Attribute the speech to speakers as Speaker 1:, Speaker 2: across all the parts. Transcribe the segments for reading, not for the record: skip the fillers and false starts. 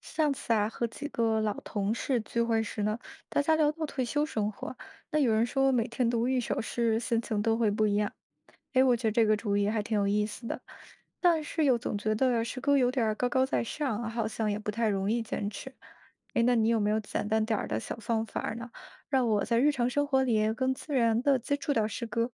Speaker 1: 上次啊，和几个老同事聚会时呢，大家聊到退休生活，那有人说每天读一首诗，心情都会不一样。哎，我觉得这个主意还挺有意思的，但是又总觉得诗歌有点儿高高在上，好像也不太容易坚持。哎，那你有没有简单点儿的小方法儿呢？让我在日常生活里更自然的接触到诗歌？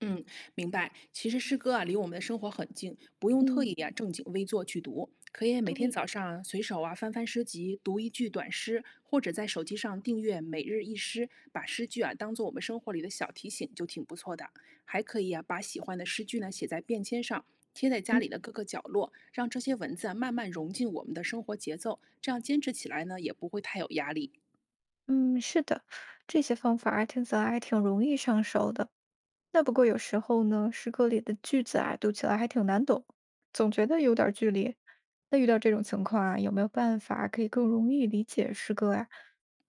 Speaker 2: 嗯，明白。其实诗歌啊，离我们的生活很近，不用特意
Speaker 1: 嗯，
Speaker 2: 啊正经微坐去读，可以每天
Speaker 1: 对，
Speaker 2: 早上啊随手啊翻翻诗集，读一句短诗，或者在手机上订阅每日一诗，把诗句啊当做我们生活里的小提醒，就挺不错的。还可以啊，把喜欢的诗句呢写在便签上，贴在家
Speaker 1: 嗯
Speaker 2: 里的各个角落，让这些文字啊慢慢融进我们的生活节奏，这样坚持起来呢也不会太有压力。
Speaker 1: 嗯，是的，这些方法儿听起来还挺容易上手的。那不过有时候呢，诗歌里的句子啊，读起来还挺难懂，总觉得有点儿距离。那遇到这种情况啊，有没有办法可以更容易理解诗歌啊？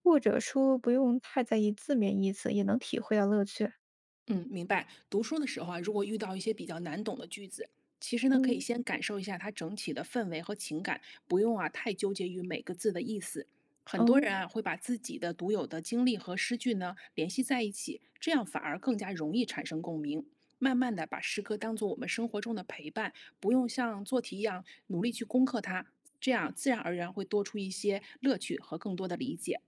Speaker 1: 或者说不用太在意字面意思，也能体会到乐趣？
Speaker 2: 嗯，明白。读书的时候啊，如果遇到一些比较难懂的句子，其实呢，可以
Speaker 1: 嗯，
Speaker 2: 先感受一下它整体的氛围和情感，不用啊太纠结于每个字的意思。很多
Speaker 1: 哦，
Speaker 2: 人啊会把自己的独有的经历和诗句呢联系在一起，这样反而更加容易产生共鸣。慢慢的把诗歌当做我们生活中的陪伴，不用像做题一样努力去攻克它，这样自然而然会多出一些乐趣和更多的理解。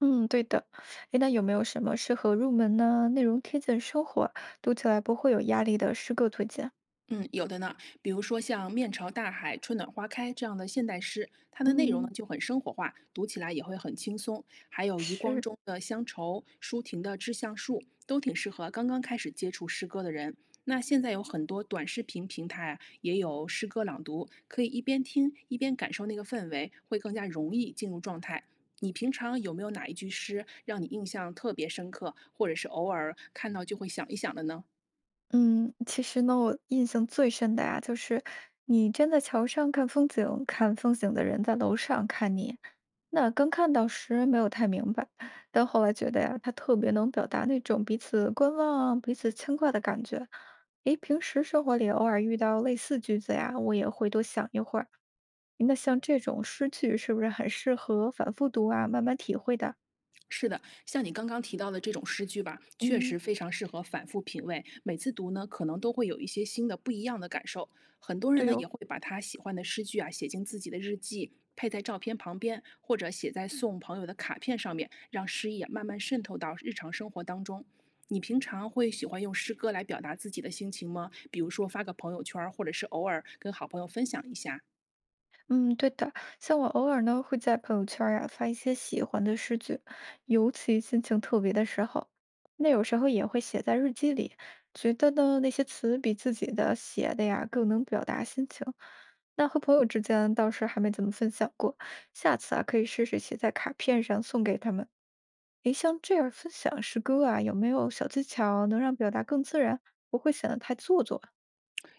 Speaker 1: 嗯，对的。诶，那有没有什么适合入门呢？内容贴近生活，读起来不会有压力的诗歌推荐？
Speaker 2: 嗯，有的呢，比如说像“面朝大海，春暖花开”这样的现代诗，它的内容呢
Speaker 1: 嗯，
Speaker 2: 就很生活化，读起来也会很轻松。还有余光
Speaker 1: 是。
Speaker 2: 中的《乡愁》，舒婷的《致橡树》，都挺适合刚刚开始接触诗歌的人。那现在有很多短视频平台啊也有诗歌朗读，可以一边听一边感受那个氛围，会更加容易进入状态。你平常有没有哪一句诗让你印象特别深刻，或者是偶尔看到就会想一想的呢？
Speaker 1: 嗯，其实呢，我印象最深的呀，就是你站在桥上看风景，看风景的人在楼上看你。那刚看到时没有太明白，但后来觉得呀，它特别能表达那种彼此观望、彼此牵挂的感觉。诶，平时生活里偶尔遇到类似句子呀，我也会多想一会儿。那像这种诗句，是不是很适合反复读啊，慢慢体会的？
Speaker 2: 是的，像你刚刚提到的这种诗句吧，确实
Speaker 1: 嗯，
Speaker 2: 非常适合反复品味。每次读呢，可能都会有一些新的、不一样的感受。很多人
Speaker 1: 对
Speaker 2: 呢，也
Speaker 1: 哦。
Speaker 2: 会把他喜欢的诗句啊写进自己的日记，配在照片旁边，或者写在送朋友的卡片上面，让诗意啊慢慢渗透到日常生活当中。你平常会喜欢用诗歌来表达自己的心情吗？比如说发个朋友圈儿，或者是偶尔跟好朋友分享一下。
Speaker 1: 嗯，对的，像我偶尔呢会在朋友圈儿呀发一些喜欢的诗句，尤其心情特别的时候，那有时候也会写在日记里，觉得呢那些词比自己的写的呀更能表达心情。那和朋友之间倒是还没怎么分享过，下次啊可以试试写在卡片上送给他们。诶，像这样分享诗歌啊，有没有小技巧能让表达更自然，不会显得太做作啊？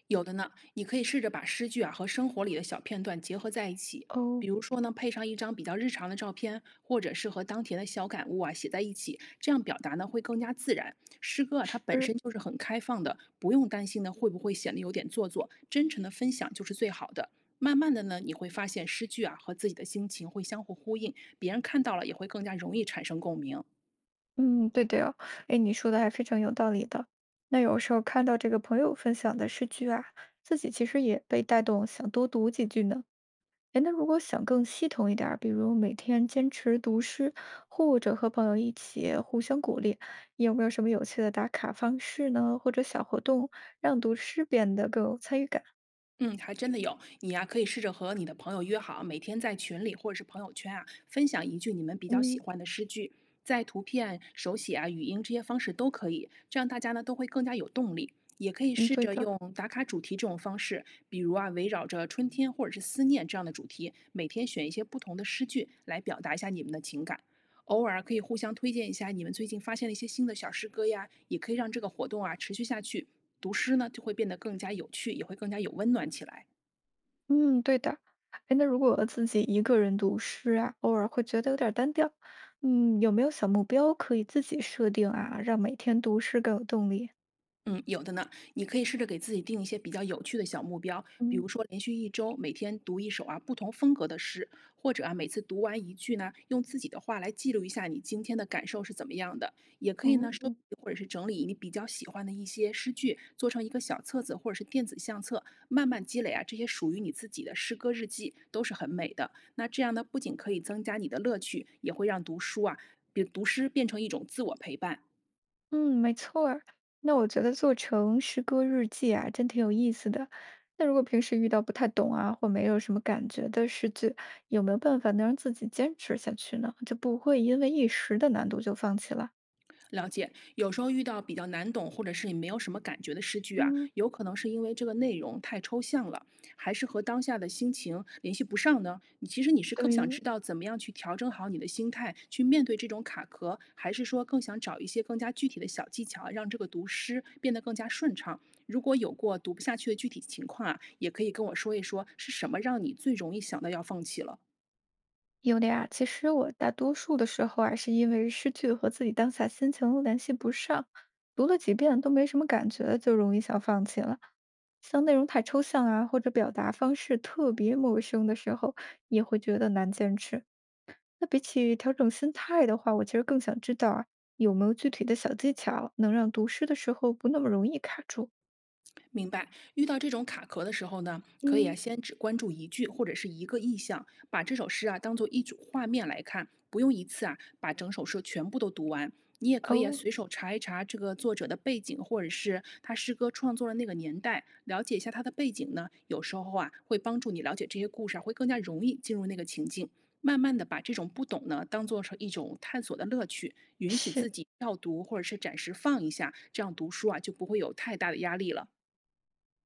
Speaker 2: 有的呢，你可以试着把诗句啊和生活里的小片段结合在一起，比
Speaker 1: 哦，
Speaker 2: 如说呢，配上一张比较日常的照片，或者是和当前的小感悟啊写在一起，这样表达呢会更加自然。诗歌啊，它本
Speaker 1: 是。
Speaker 2: 身就是很开放的，不用担心呢会不会显得有点做作，真诚的分享就是最好的。慢慢的呢，你会发现诗句啊和自己的心情会相互呼应，别人看到了也会更加容易产生共鸣。
Speaker 1: 嗯，对的哦，哎，你说的还非常有道理的。那有时候看到这个朋友分享的诗句啊，自己其实也被带动，想多读几句呢。哎，那如果想更系统一点儿，比如每天坚持读诗，或者和朋友一起互相鼓励，你有没有什么有趣的打卡方式呢？或者小活动，让读诗变得更有参与感？
Speaker 2: 嗯，还真的有。你呀、可以试着和你的朋友约好，每天在群里或者是朋友圈啊，分享一句你们比较喜
Speaker 1: 嗯，
Speaker 2: 欢的诗句，在图片、手写啊、语音这些方式都可以，这样大家呢都会更加有动力。也可以
Speaker 1: 嗯，
Speaker 2: 试
Speaker 1: 对
Speaker 2: 着
Speaker 1: 的。
Speaker 2: 用打卡主题这种方式，比如啊，围绕着春天或者是思念这样的主题，每天选一些不同的诗句来表达一下你们的情感。偶尔可以互相推荐一下你们最近发现了一些新的小诗歌呀，也可以让这个活动啊持续下去。读诗呢就会变得更加有趣，也会更加有温暖起来。
Speaker 1: 嗯，对的。哎，那如果自己一个人读诗啊，偶尔会觉得有点儿单调，嗯，有没有小目标可以自己设定啊，让每天读诗更有动力？
Speaker 2: 嗯，有的呢。你可以试着给自己定一些比较有趣的小目标，比
Speaker 1: 嗯，
Speaker 2: 如说连续一周每天读一首啊不同风格的诗，或者啊每次读完一句呢，用自己的话来记录一下你今天的感受是怎么样的。也可以呢
Speaker 1: 哦，
Speaker 2: 收集或者是整理你比较喜欢的一些诗句，做成一个小册子或者是电子相册，慢慢积累啊这些属于你自己的诗歌日记，都是很美的。那这样呢，不仅可以增加你的乐趣，也会让读书啊，比读诗变成一种自我陪伴。
Speaker 1: 嗯，没错儿。那我觉得做成诗歌日记啊，真挺有意思的。那如果平时遇到不太懂啊，或没有什么感觉的诗句，有没有办法能让自己坚持下去呢？就不会因为一时的难度就放弃了？
Speaker 2: 了解，有时候遇到比较难懂或者是你没有什么感觉的诗句啊，
Speaker 1: 嗯，
Speaker 2: 有可能是因为这个内容太抽象了，还是和当下的心情联系不上呢？你其实你是更想知
Speaker 1: 对，
Speaker 2: 道怎么样去调整好你的心态，去面对这种卡壳，还是说更想找一些更加具体的小技巧啊，让这个读诗变得更加顺畅？如果有过读不下去的具体情况啊，也可以跟我说一说是什么让你最容易想到要放弃了。
Speaker 1: 有的呀，其实我大多数的时候啊，是因为诗句和自己当下心情联系不上，读了几遍都没什么感觉，就容易想放弃了。像内容太抽象啊，或者表达方式特别陌生的时候，也会觉得难坚持。那比起调整心态的话，我其实更想知道啊，有没有具体的小技巧能让读诗的时候不那么容易卡住？
Speaker 2: 明白。遇到这种卡壳的时候呢，可以啊，
Speaker 1: 嗯，
Speaker 2: 先只关注一句或者是一个意象，把这首诗啊当做一组画面来看，不用一次啊把整首诗全部都读完。你也可以啊
Speaker 1: 哦，
Speaker 2: 随手查一查这个作者的背景，或者是他诗歌创作的那个年代，了解一下他的背景呢。有时候啊会帮助你了解这些故事啊，会更加容易进入那个情境。慢慢的把这种不懂呢当做是一种探索的乐趣，允许自
Speaker 1: 是。
Speaker 2: 己要读或者是暂时放一下，这样读书啊就不会有太大的压力了。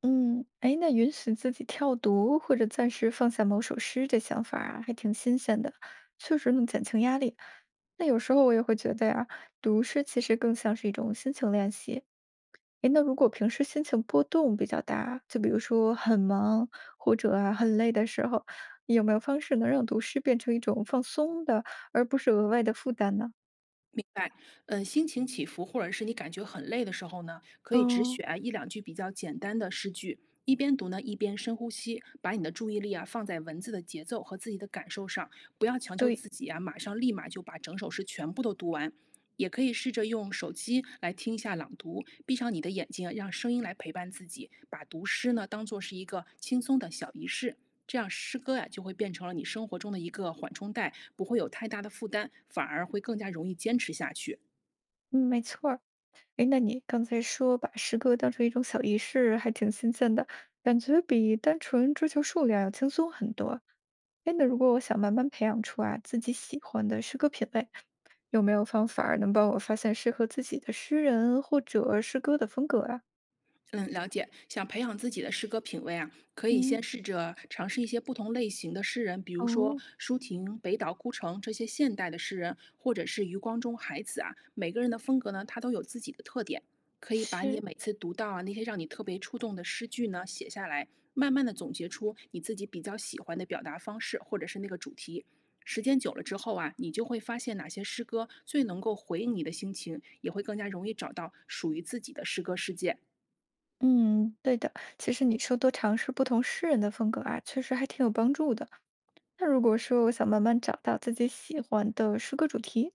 Speaker 1: 嗯，哎，那允许自己跳读或者暂时放下某首诗，这想法儿啊，还挺新鲜的，确实能减轻压力。那有时候我也会觉得呀，读诗其实更像是一种心情练习。哎，那如果平时心情波动比较大，就比如说很忙或者啊很累的时候，有没有方式能让读诗变成一种放松的，而不是额外的负担呢？
Speaker 2: 明白，嗯，心情起伏或者是你感觉很累的时候呢，可以只
Speaker 1: 嗯，
Speaker 2: 选一两句比较简单的诗句，一边读呢，一边深呼吸，把你的注意力啊放在文字的节奏和自己的感受上，不要强求
Speaker 1: 对，
Speaker 2: 自己啊，马上立马就把整首诗全部都读完。也可以试着用手机来听一下朗读，闭上你的眼睛啊让声音来陪伴自己，把读诗呢当做是一个轻松的小仪式。这样诗歌呀就会变成了你生活中的一个缓冲带，不会有太大的负担，反而会更加容易坚持下去。
Speaker 1: 嗯，没错儿。哎，那你刚才说把诗歌当成一种小仪式，还挺新鲜的，感觉比单纯追求数量要轻松很多。哎，那如果我想慢慢培养出啊自己喜欢的诗歌品味，有没有方法儿能帮我发现适合自己的诗人或者诗歌的风格啊？
Speaker 2: 嗯，了解。想培养自己的诗歌品味啊，可以
Speaker 1: 嗯，
Speaker 2: 先试着尝试一些不同类型的诗人，比如说
Speaker 1: 哦，
Speaker 2: 舒婷、北岛、孤城这些现代的诗人，或者是余光中、海子啊。每个人的风格呢，他都有自己的特点。可以把你
Speaker 1: 是，
Speaker 2: 每次读到啊那些让你特别触动的诗句呢写下来，慢慢的总结出你自己比较喜欢的表达方式或者是那个主题。时间久了之后啊，你就会发现哪些诗歌最能够回应你的心情，也会更加容易找到属于自己的诗歌世界。
Speaker 1: 嗯，对的。其实你说多尝试不同诗人的风格啊，确实还挺有帮助的。那如果说我想慢慢找到自己喜欢的诗歌主题，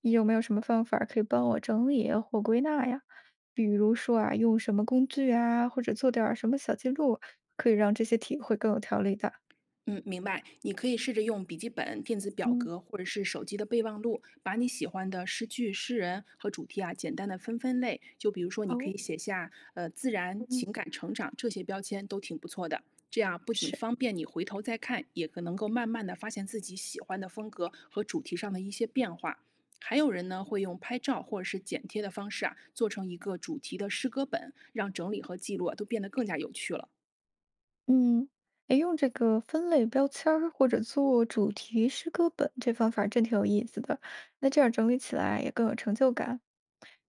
Speaker 1: 你有没有什么方法儿可以帮我整理啊或归纳呀？比如说啊，用什么工具啊，或者做点儿什么小记录，可以让这些体会更有条理的。
Speaker 2: 嗯，明白。你可以试着用笔记本、电子表
Speaker 1: 嗯，
Speaker 2: 格或者是手机的备忘录，把你喜欢的诗句、诗人和主题啊，简单的分分类。就比如说，你可
Speaker 1: 哦，
Speaker 2: 以写下自然、
Speaker 1: 嗯，
Speaker 2: 情感、成长这些标签，都挺不错的。这样不仅
Speaker 1: 是。
Speaker 2: 方便你回头再看，也可能够慢慢的发现自己喜欢的风格和主题上的一些变化。还有人呢，会用拍照或者是剪贴的方式啊，做成一个主题的诗歌本，让整理和记录啊都变得更加有趣了。
Speaker 1: 嗯，诶，用这个分类标签儿或者做主题诗歌本，这方法真挺有意思的。那这样整理起来也更有成就感。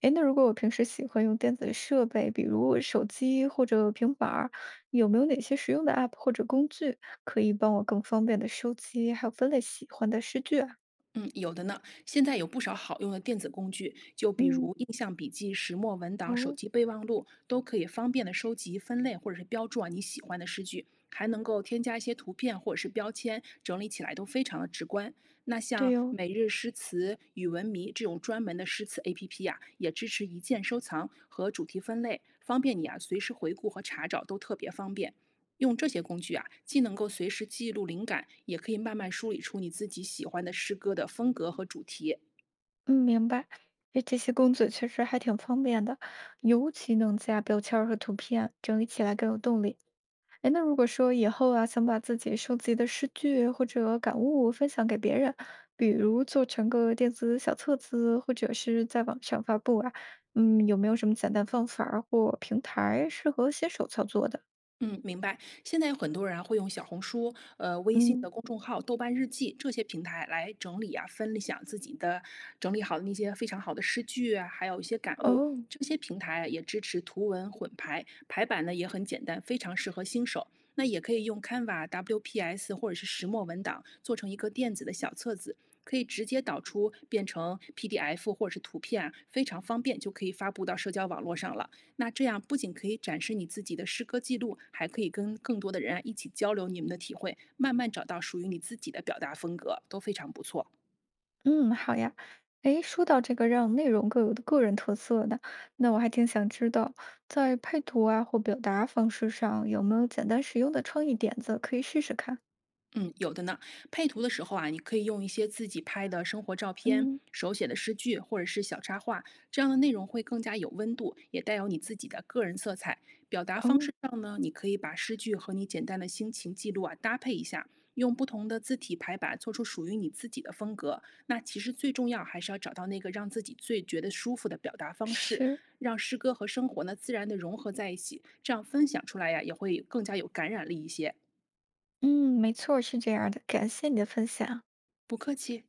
Speaker 1: 诶，那如果我平时喜欢用电子设备，比如手机或者平板儿，有没有哪些实用的 App 或者工具可以帮我更方便的收集还有分类喜欢的诗句啊？
Speaker 2: 嗯，有的呢。现在有不少好用的电子工具，就比
Speaker 1: 嗯，
Speaker 2: 如印象笔记、石墨文档、手
Speaker 1: 哦，
Speaker 2: 机备忘录，都可以方便的收集、分类或者是标注啊你喜欢的诗句，还能够添加一些图片或者是标签，整理起来都非常的直观。那像
Speaker 1: 对哦，
Speaker 2: 每日诗词、语文迷这种专门的诗词 APP 呀、也支持一键收藏和主题分类，方便你啊随时回顾和查找，都特别方便。用这些工具啊，既能够随时记录灵感，也可以慢慢梳理出你自己喜欢的诗歌的风格和主题。
Speaker 1: 嗯，明白。诶，这些工具确实还挺方便的，尤其能加标签儿和图片，整理起来更有动力。哎，那如果说以后啊，想把自己收集的诗句或者感悟分享给别人，比如做成个电子小册子，或者是在网上发布啊，嗯，有没有什么简单方法儿或平台适合新手操作的？
Speaker 2: 嗯，明白。现在有很多人啊会用小红书、微信
Speaker 1: 嗯，
Speaker 2: 的公众号、豆瓣日记这些平台来整理啊、分享自己的整理好的那些非常好的诗句啊，还有一些感悟。
Speaker 1: 哦，
Speaker 2: 这些平台啊也支持图文混排，排版呢也很简单，非常适合新手。那也可以用 Canva、WPS 或者是石墨文档做成一个电子的小册子，可以直接导出变成 PDF 或者是图片啊非常方便，就可以发布到社交网络上了。那这样不仅可以展示你自己的诗歌记录，还可以跟更多的人啊一起交流你们的体会，慢慢找到属于你自己的表达风格，都非常不错。
Speaker 1: 嗯，好呀。哎，说到这个让内容各有的个人特色的，那我还挺想知道，在配图啊或表达方式上有没有简单实用的创意点子可以试试看？
Speaker 2: 嗯，有的呢。配图的时候啊，你可以用一些自己拍的生活照片、
Speaker 1: 嗯，
Speaker 2: 手写的诗句或者是小插画，这样的内容会更加有温度，也带有你自己的个人色彩。表达方
Speaker 1: 哦，
Speaker 2: 式上呢，你可以把诗句和你简单的心情记录啊搭配一下，用不同的字体排版做出属于你自己的风格。那其实最重要还是要找到那个让自己最觉得舒服的表达方式，
Speaker 1: 是。
Speaker 2: 让诗歌和生活呢自然的融合在一起，这样分享出来呀、也会更加有感染力一些。
Speaker 1: 嗯，没错儿是这样儿的。感谢你的分享。
Speaker 2: 不客气。